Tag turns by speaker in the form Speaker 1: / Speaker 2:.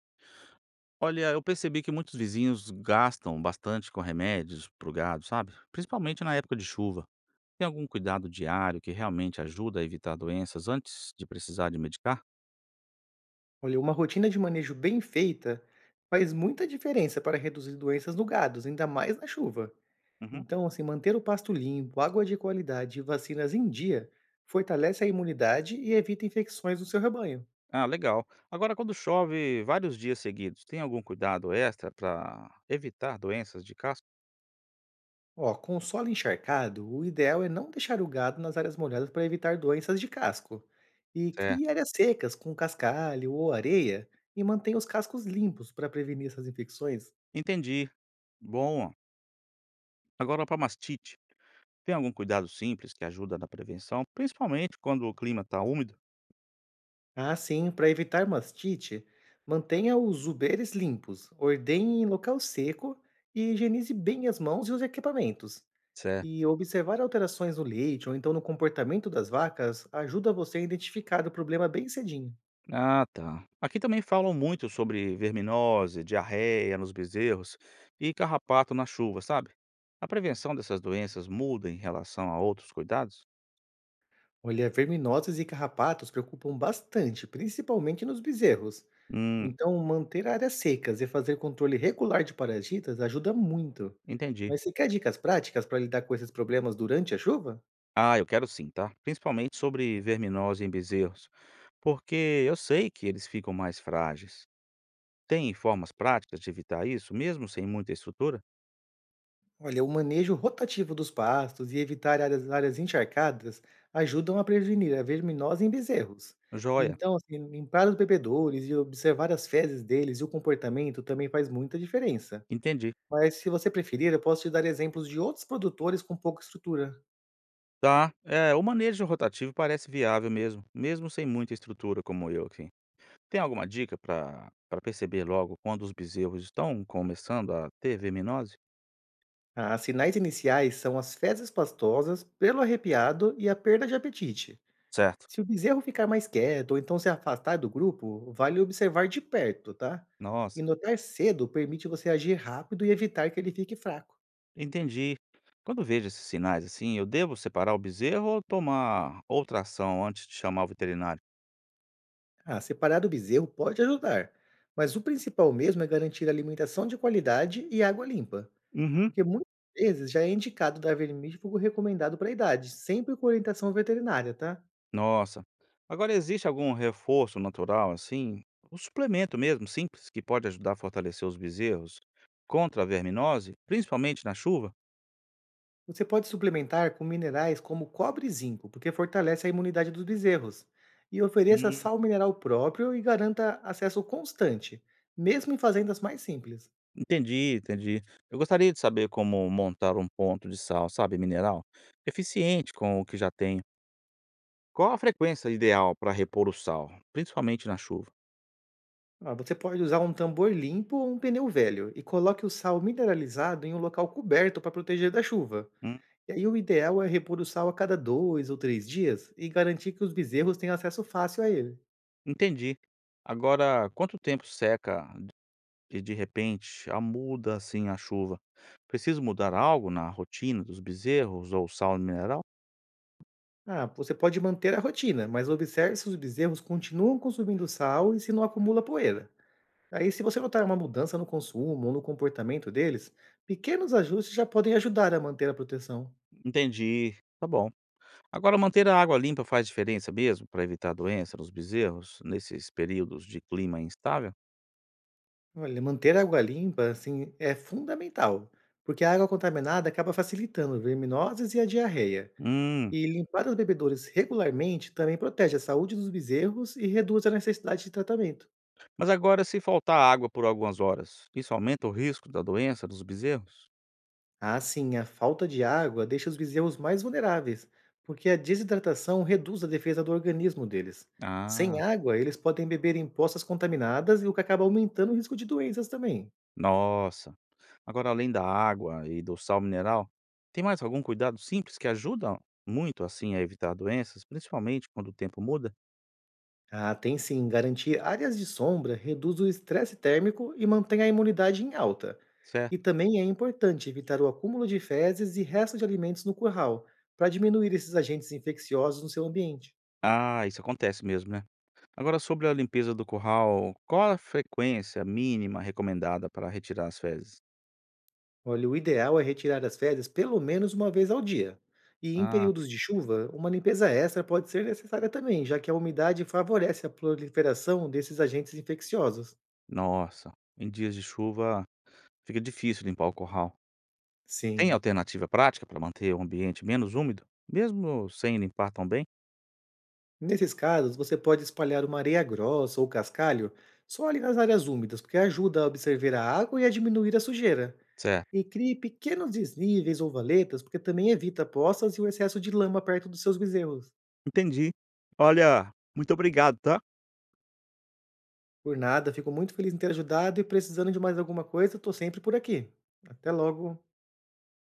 Speaker 1: Olha, eu percebi que muitos vizinhos gastam bastante com remédios pro gado, sabe? Principalmente na época de chuva. Tem algum cuidado diário que realmente ajuda a evitar doenças antes de precisar de medicar?
Speaker 2: Olha, uma rotina de manejo bem feita faz muita diferença para reduzir doenças no gado, ainda mais na chuva.
Speaker 1: Uhum.
Speaker 2: Então, assim, manter o pasto limpo, água de qualidade e vacinas em dia fortalece a imunidade e evita infecções no seu rebanho.
Speaker 1: Ah, legal. Agora, quando chove vários dias seguidos, tem algum cuidado extra para evitar doenças de casco?
Speaker 2: Ó, com o solo encharcado, o ideal é não deixar o gado nas áreas molhadas para evitar doenças de casco. E
Speaker 1: Certo.
Speaker 2: crie áreas secas com cascalho ou areia e mantenha os cascos limpos para prevenir essas infecções.
Speaker 1: Entendi. Bom. Agora, para mastite, tem algum cuidado simples que ajuda na prevenção, principalmente quando o clima está úmido?
Speaker 2: Ah, sim, para evitar mastite, mantenha os uberes limpos, ordenhe em local seco e higienize bem as mãos e os equipamentos.
Speaker 1: Certo.
Speaker 2: E observar alterações no leite ou então no comportamento das vacas ajuda você a identificar o problema bem cedinho.
Speaker 1: Ah, tá. Aqui também falam muito sobre verminose, diarreia nos bezerros e carrapato na chuva, sabe? A prevenção dessas doenças muda em relação a outros cuidados?
Speaker 2: Olha, verminoses e carrapatos preocupam bastante, principalmente nos bezerros.
Speaker 1: Hum,
Speaker 2: Então, manter áreas secas e fazer controle regular de parasitas ajuda muito.
Speaker 1: entendi.
Speaker 2: Mas você quer dicas práticas para lidar com esses problemas durante a chuva?
Speaker 1: Ah, eu quero sim, tá? Principalmente sobre verminose em bezerros, porque eu sei que eles ficam mais frágeis. Tem formas práticas de evitar isso, mesmo sem muita estrutura?
Speaker 2: Olha, o manejo rotativo dos pastos e evitar áreas encharcadas ajudam a prevenir a verminose em bezerros.
Speaker 1: Joia,
Speaker 2: Então, assim, limpar os bebedouros e observar as fezes deles e o comportamento também faz muita diferença.
Speaker 1: entendi.
Speaker 2: Mas, se você preferir, eu posso te dar exemplos de outros produtores com pouca estrutura.
Speaker 1: Tá, é, o manejo rotativo parece viável mesmo, mesmo sem muita estrutura como eu aqui. Tem alguma dica para perceber logo quando os bezerros estão começando a ter verminose?
Speaker 2: Ah, sinais iniciais são as fezes pastosas, pelo arrepiado e a perda de apetite.
Speaker 1: Certo.
Speaker 2: Se o bezerro ficar mais quieto ou então se afastar do grupo, vale observar de perto, tá? E
Speaker 1: Nossa,
Speaker 2: notar cedo permite você agir rápido e evitar que ele fique fraco.
Speaker 1: entendi. Quando vejo esses sinais assim, eu devo separar o bezerro ou tomar outra ação antes de chamar o veterinário?
Speaker 2: Ah, separar do bezerro pode ajudar, mas o principal mesmo é garantir alimentação de qualidade e água limpa,
Speaker 1: Uhum.
Speaker 2: porque muitas vezes já é indicado dar vermífugo recomendado para a idade, sempre com orientação veterinária, tá?
Speaker 1: Nossa. Agora existe algum reforço natural assim, um suplemento mesmo simples que pode ajudar a fortalecer os bezerros contra a verminose, principalmente na chuva?
Speaker 2: Você pode suplementar com minerais como cobre e zinco, porque fortalece a imunidade dos bezerros, e ofereça sal mineral próprio e garanta acesso constante, mesmo em fazendas mais simples.
Speaker 1: Entendi, entendi. Eu gostaria de saber como montar um ponto de sal, sabe, mineral, eficiente com o que já tenho. Qual a frequência ideal para repor o sal, principalmente na chuva?
Speaker 2: Ah, você pode usar um tambor limpo ou um pneu velho e coloque o sal mineralizado em um local coberto para proteger da chuva.
Speaker 1: Hum,
Speaker 2: E aí o ideal é repor o sal a cada 2 ou 3 dias e garantir que os bezerros tenham acesso fácil a ele.
Speaker 1: entendi. Agora, quanto tempo seca e de repente a muda assim a chuva? Preciso mudar algo na rotina dos bezerros ou sal mineral?
Speaker 2: Ah, você pode manter a rotina, mas observe se os bezerros continuam consumindo sal e se não acumula poeira. Aí, se você notar uma mudança no consumo ou no comportamento deles, pequenos ajustes já podem ajudar a manter a proteção.
Speaker 1: Entendi. Tá bom. Agora, manter a água limpa faz diferença mesmo para evitar doença nos bezerros nesses períodos de clima instável?
Speaker 2: Olha, manter a água limpa, assim, é fundamental, porque a água contaminada acaba facilitando verminoses e a diarreia.
Speaker 1: Hum.
Speaker 2: E limpar os bebedouros regularmente também protege a saúde dos bezerros e reduz a necessidade de tratamento.
Speaker 1: Mas agora se faltar água por algumas horas, isso aumenta o risco da doença dos bezerros?
Speaker 2: Ah, sim, a falta de água deixa os bezerros mais vulneráveis, porque a desidratação reduz a defesa do organismo deles. Sem
Speaker 1: Ah,
Speaker 2: água, eles podem beber em poças contaminadas e o que acaba aumentando o risco de doenças também.
Speaker 1: nossa. Agora além da água e do sal mineral, tem mais algum cuidado simples que ajuda muito assim a evitar doenças, principalmente quando o tempo muda?
Speaker 2: Ah, tem sim, garantir áreas de sombra reduz o estresse térmico e mantém a imunidade em alta.
Speaker 1: Certo?
Speaker 2: E também é importante evitar o acúmulo de fezes e restos de alimentos no curral, para diminuir esses agentes infecciosos no seu ambiente.
Speaker 1: Ah, isso acontece mesmo, né? Agora sobre a limpeza do curral, qual a frequência mínima recomendada para retirar as fezes?
Speaker 2: Olha, o ideal é retirar as fezes pelo menos uma vez ao dia. E em
Speaker 1: Ah,
Speaker 2: períodos de chuva, uma limpeza extra pode ser necessária também, já que a umidade favorece a proliferação desses agentes infecciosos.
Speaker 1: nossa. Em dias de chuva fica difícil limpar o curral. Tem
Speaker 2: Sim.
Speaker 1: alternativa prática para manter o ambiente menos úmido, mesmo sem limpar tão bem?
Speaker 2: Nesses casos, você pode espalhar uma areia grossa ou cascalho só ali nas áreas úmidas, porque ajuda a absorver a água e a diminuir a sujeira.
Speaker 1: Certo.
Speaker 2: E crie pequenos desníveis ou valetas, porque também evita poças e o excesso de lama perto dos seus bezerros.
Speaker 1: Entendi. Olha, muito obrigado, tá?
Speaker 2: Por nada, fico muito feliz em ter ajudado e precisando de mais alguma coisa, estou sempre por aqui. Até logo.